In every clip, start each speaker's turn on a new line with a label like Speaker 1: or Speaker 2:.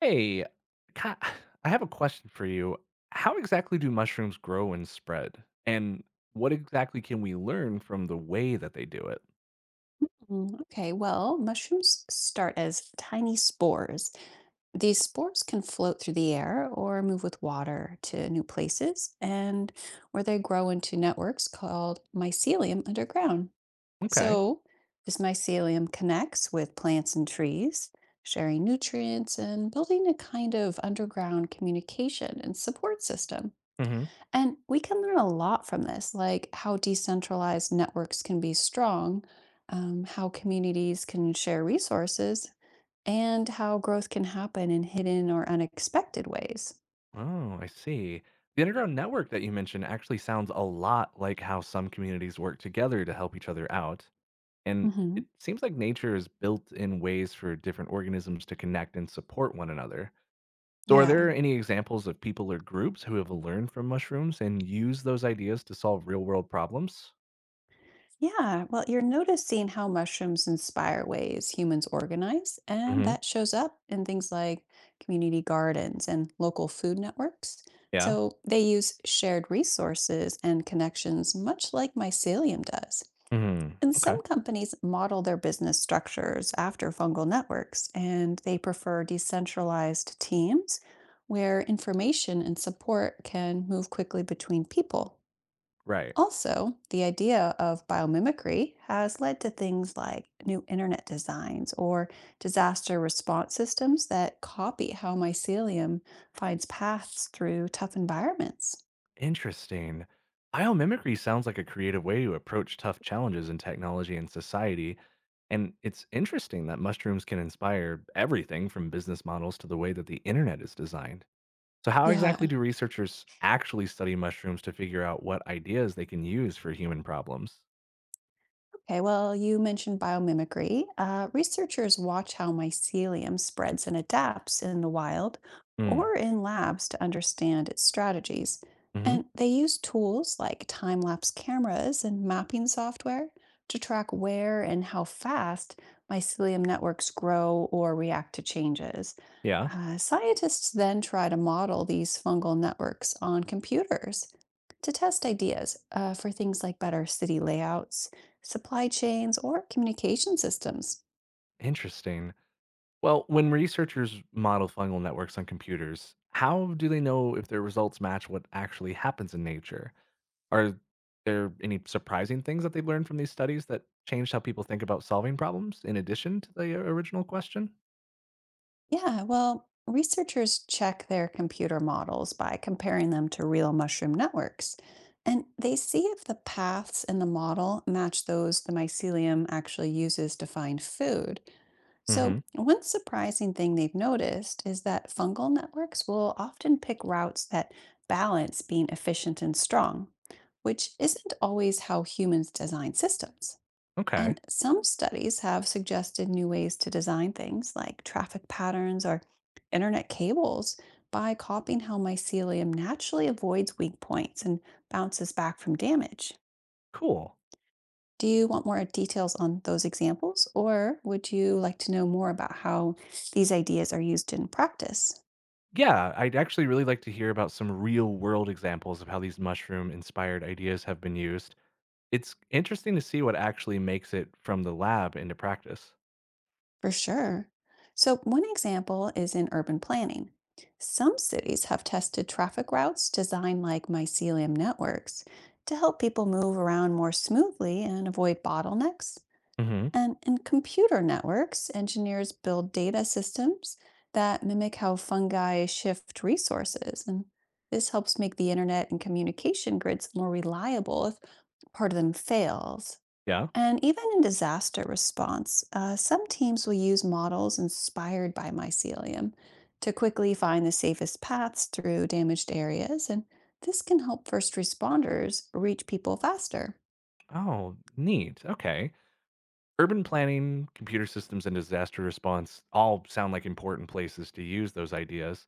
Speaker 1: Hey, ca- I have a question for you. How exactly do mushrooms grow and spread? And what exactly can we learn from the way that they do it?
Speaker 2: Mm, okay, well, mushrooms start as tiny spores. These spores can float through the air or move with water to new places, and where they grow into networks called mycelium underground.
Speaker 1: Okay.
Speaker 2: So, this mycelium connects with plants and trees, sharing nutrients and building a kind of underground communication and support system.
Speaker 1: Hmm.
Speaker 2: And we can learn a lot from this, like how decentralized networks can be strong, how communities can share resources, and how growth can happen in hidden or unexpected ways.
Speaker 1: Oh, I see. The underground network that you mentioned actually sounds a lot like how some communities work together to help each other out. And
Speaker 2: Hmm.
Speaker 1: it seems like nature is built in ways for different organisms to connect and support one another. So, are
Speaker 2: Yeah.
Speaker 1: there any examples of people or groups who have learned from mushrooms and use those ideas to solve real world problems?
Speaker 2: Yeah. Well, you're noticing how mushrooms inspire ways humans organize, and
Speaker 1: Mhm.
Speaker 2: that shows up in things like community gardens and local food networks.
Speaker 1: Yeah.
Speaker 2: So they use shared resources and connections, much like mycelium does.
Speaker 1: Mhm.
Speaker 2: And
Speaker 1: Okay.
Speaker 2: some companies model their business structures after fungal networks, and they prefer decentralized teams where information and support can move quickly between people.
Speaker 1: Right.
Speaker 2: Also, the idea of biomimicry has led to things like new internet designs or disaster response systems that copy how mycelium finds paths through tough environments.
Speaker 1: Interesting. Biomimicry sounds like a creative way to approach tough challenges in technology and society. And it's interesting that mushrooms can inspire everything from business models to the way that the internet is designed. So, how exactly
Speaker 2: Yeah.
Speaker 1: do researchers actually study mushrooms to figure out what ideas they can use for human problems?
Speaker 2: Okay, well, you mentioned biomimicry. Researchers watch how mycelium spreads and adapts in the wild
Speaker 1: Mm.
Speaker 2: or in labs to understand its strategies.
Speaker 1: Hmm.
Speaker 2: And they use tools like time lapse cameras and mapping software to track where and how fast mycelium networks grow or react to changes.
Speaker 1: Yeah.
Speaker 2: Scientists then try to model these fungal networks on computers to test ideas for things like better city layouts, supply chains, or communication systems.
Speaker 1: Interesting. Well, when researchers model fungal networks on computers, how do they know if their results match what actually happens in nature? Are there any surprising things that they've learned from these studies that changed how people think about solving problems in addition to the original question?
Speaker 2: Yeah, well, researchers check their computer models by comparing them to real mushroom networks, and they see if the paths in the model match those the mycelium actually uses to find food.
Speaker 1: Hmm.
Speaker 2: So, one surprising thing they've noticed is that fungal networks will often pick routes that balance being efficient and strong, which isn't always how humans design systems.
Speaker 1: Okay,
Speaker 2: And some studies have suggested new ways to design things like traffic patterns or internet cables by copying how mycelium naturally avoids weak points and bounces back from damage.
Speaker 1: cool.
Speaker 2: Do you want more details on those examples, or would you like to know more about how these ideas are used in practice?
Speaker 1: Yeah, I'd actually really like to hear about some real world examples of how these mushroom inspired ideas have been used. It's interesting to see what actually makes it from the lab into practice.
Speaker 2: For sure. So, one example is in urban planning. Some cities have tested traffic routes designed like mycelium networks to help people move around more smoothly and avoid bottlenecks.
Speaker 1: Hmm.
Speaker 2: And in computer networks, engineers build data systems that mimic how fungi shift resources. And this helps make the internet and communication grids more reliable if part of them fails.
Speaker 1: Yeah.
Speaker 2: And even in disaster response, some teams will use models inspired by mycelium to quickly find the safest paths through damaged areas. And this can help first responders reach people faster.
Speaker 1: Oh, neat. Okay. Urban planning, computer systems, and disaster response all sound like important places to use those ideas.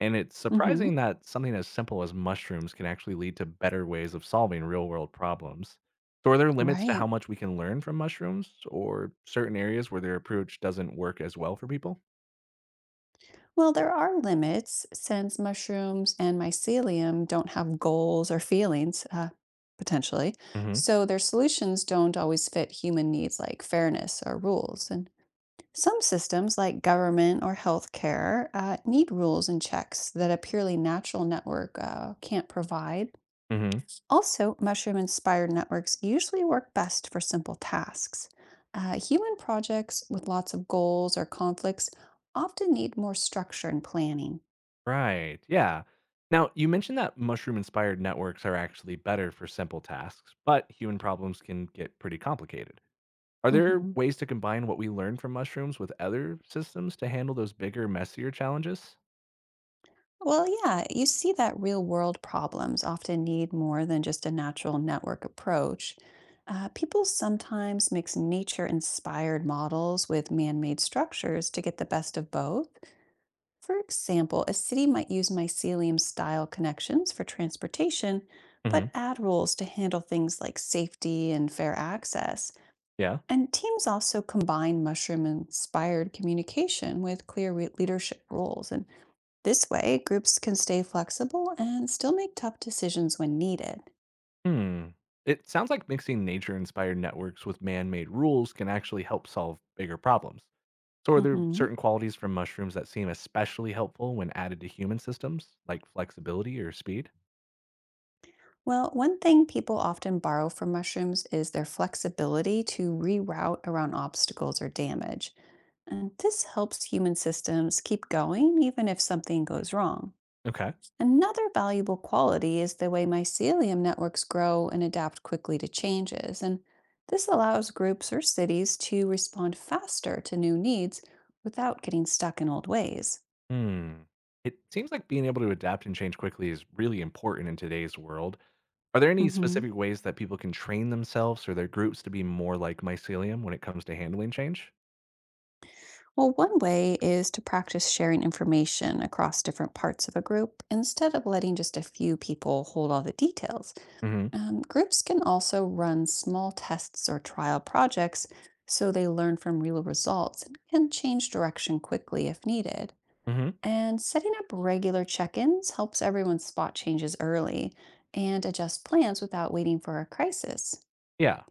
Speaker 1: And it's
Speaker 2: Hmm.
Speaker 1: surprising that something as simple as mushrooms can actually lead to better ways of solving real world problems. So, are there limits to
Speaker 2: Right.
Speaker 1: how much we can learn from mushrooms or certain areas where their approach doesn't work as well for people?
Speaker 2: Well, there are limits since mushrooms and mycelium don't have goals or feelings, potentially.
Speaker 1: Hmm.
Speaker 2: So their solutions don't always fit human needs like fairness or rules. And some systems, like government or healthcare, need rules and checks that a purely natural network can't provide.
Speaker 1: Hmm.
Speaker 2: Also, mushroom inspired networks usually work best for simple tasks. Human projects with lots of goals or conflicts often need more structure and planning.
Speaker 1: Right. Yeah. Now, you mentioned that mushroom inspired networks are actually better for simple tasks, but human problems can get pretty complicated. Are there
Speaker 2: Hmm.
Speaker 1: ways to combine what we learn from mushrooms with other systems to handle those bigger, messier challenges?
Speaker 2: Well, yeah, you see that real world problems often need more than just a natural network approach. People sometimes mix nature inspired models with man made structures to get the best of both. For example, a city might use mycelium style connections for transportation, but
Speaker 1: Hmm.
Speaker 2: add rules to handle things like safety and fair access.
Speaker 1: Yeah.
Speaker 2: And teams also combine mushroom inspired communication with clear leadership roles. And this way, groups can stay flexible and still make tough decisions when needed.
Speaker 1: Hmm. It sounds like mixing nature inspired networks with man made rules can actually help solve bigger problems. So, are there
Speaker 2: Hmm.
Speaker 1: certain qualities from mushrooms that seem especially helpful when added to human systems, like flexibility or speed?
Speaker 2: Well, one thing people often borrow from mushrooms is their flexibility to reroute around obstacles or damage. And this helps human systems keep going even if something goes wrong.
Speaker 1: Okay.
Speaker 2: Another valuable quality is the way mycelium networks grow and adapt quickly to changes. And this allows groups or cities to respond faster to new needs without getting stuck in old ways.
Speaker 1: Hmm. It seems like being able to adapt and change quickly is really important in today's world. Are there any
Speaker 2: Hmm.
Speaker 1: specific ways that people can train themselves or their groups to be more like mycelium when it comes to handling change?
Speaker 2: Well, one way is to practice sharing information across different parts of a group instead of letting just a few people hold all the details.
Speaker 1: Hmm.
Speaker 2: Groups can also run small tests or trial projects so they learn from real results and can change direction quickly if needed.
Speaker 1: Hmm.
Speaker 2: And setting up regular check ins helps everyone spot changes early and adjust plans without waiting for a crisis.
Speaker 1: Yeah.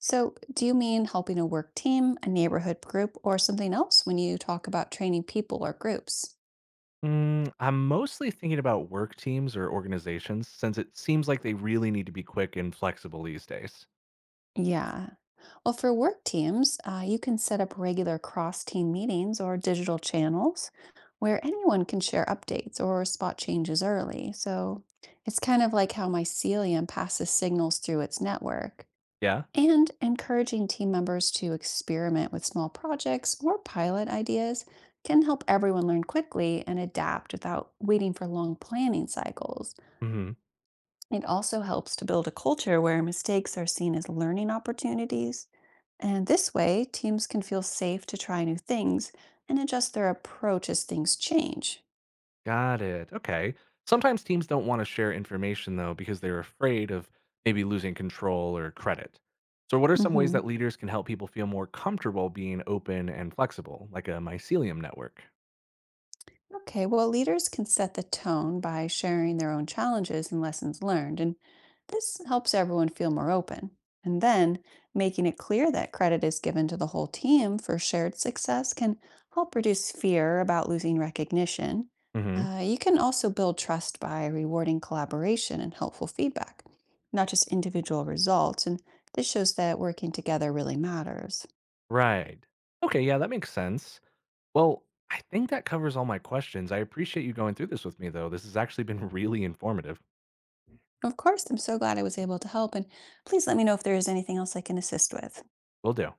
Speaker 2: So, do you mean helping a work team, a neighborhood group, or something else when you talk about training people or groups?
Speaker 1: Mm, I'm mostly thinking about work teams or organizations since it seems like they really need to be quick and flexible these days.
Speaker 2: Yeah. Well, for work teams, you can set up regular cross team meetings or digital channels where anyone can share updates or spot changes early. So, it's kind of like how mycelium passes signals through its network.
Speaker 1: Yeah.
Speaker 2: And encouraging team members to experiment with small projects or pilot ideas can help everyone learn quickly and adapt without waiting for long planning cycles.
Speaker 1: Hmm.
Speaker 2: It also helps to build a culture where mistakes are seen as learning opportunities. And this way, teams can feel safe to try new things and adjust their approach as things change.
Speaker 1: Got it. Okay. Sometimes teams don't want to share information though because they're afraid of maybe losing control or credit. So, what are some ways
Speaker 2: Mhm.
Speaker 1: that leaders can help people feel more comfortable being open and flexible, like a mycelium network?
Speaker 2: Okay, well, leaders can set the tone by sharing their own challenges and lessons learned, and this helps everyone feel more open. And then making it clear that credit is given to the whole team for shared success can help reduce fear about losing recognition. You can also build trust by rewarding collaboration and helpful feedback, not just individual results. And this shows that working together really matters.
Speaker 1: Right. Okay, yeah, that makes sense. Well, I think that covers all my questions. I appreciate you going through this with me, though. This has actually been really informative.
Speaker 2: Of course, I'm so glad I was able to help, and please let me know if there is anything else I can assist with.
Speaker 1: Will do.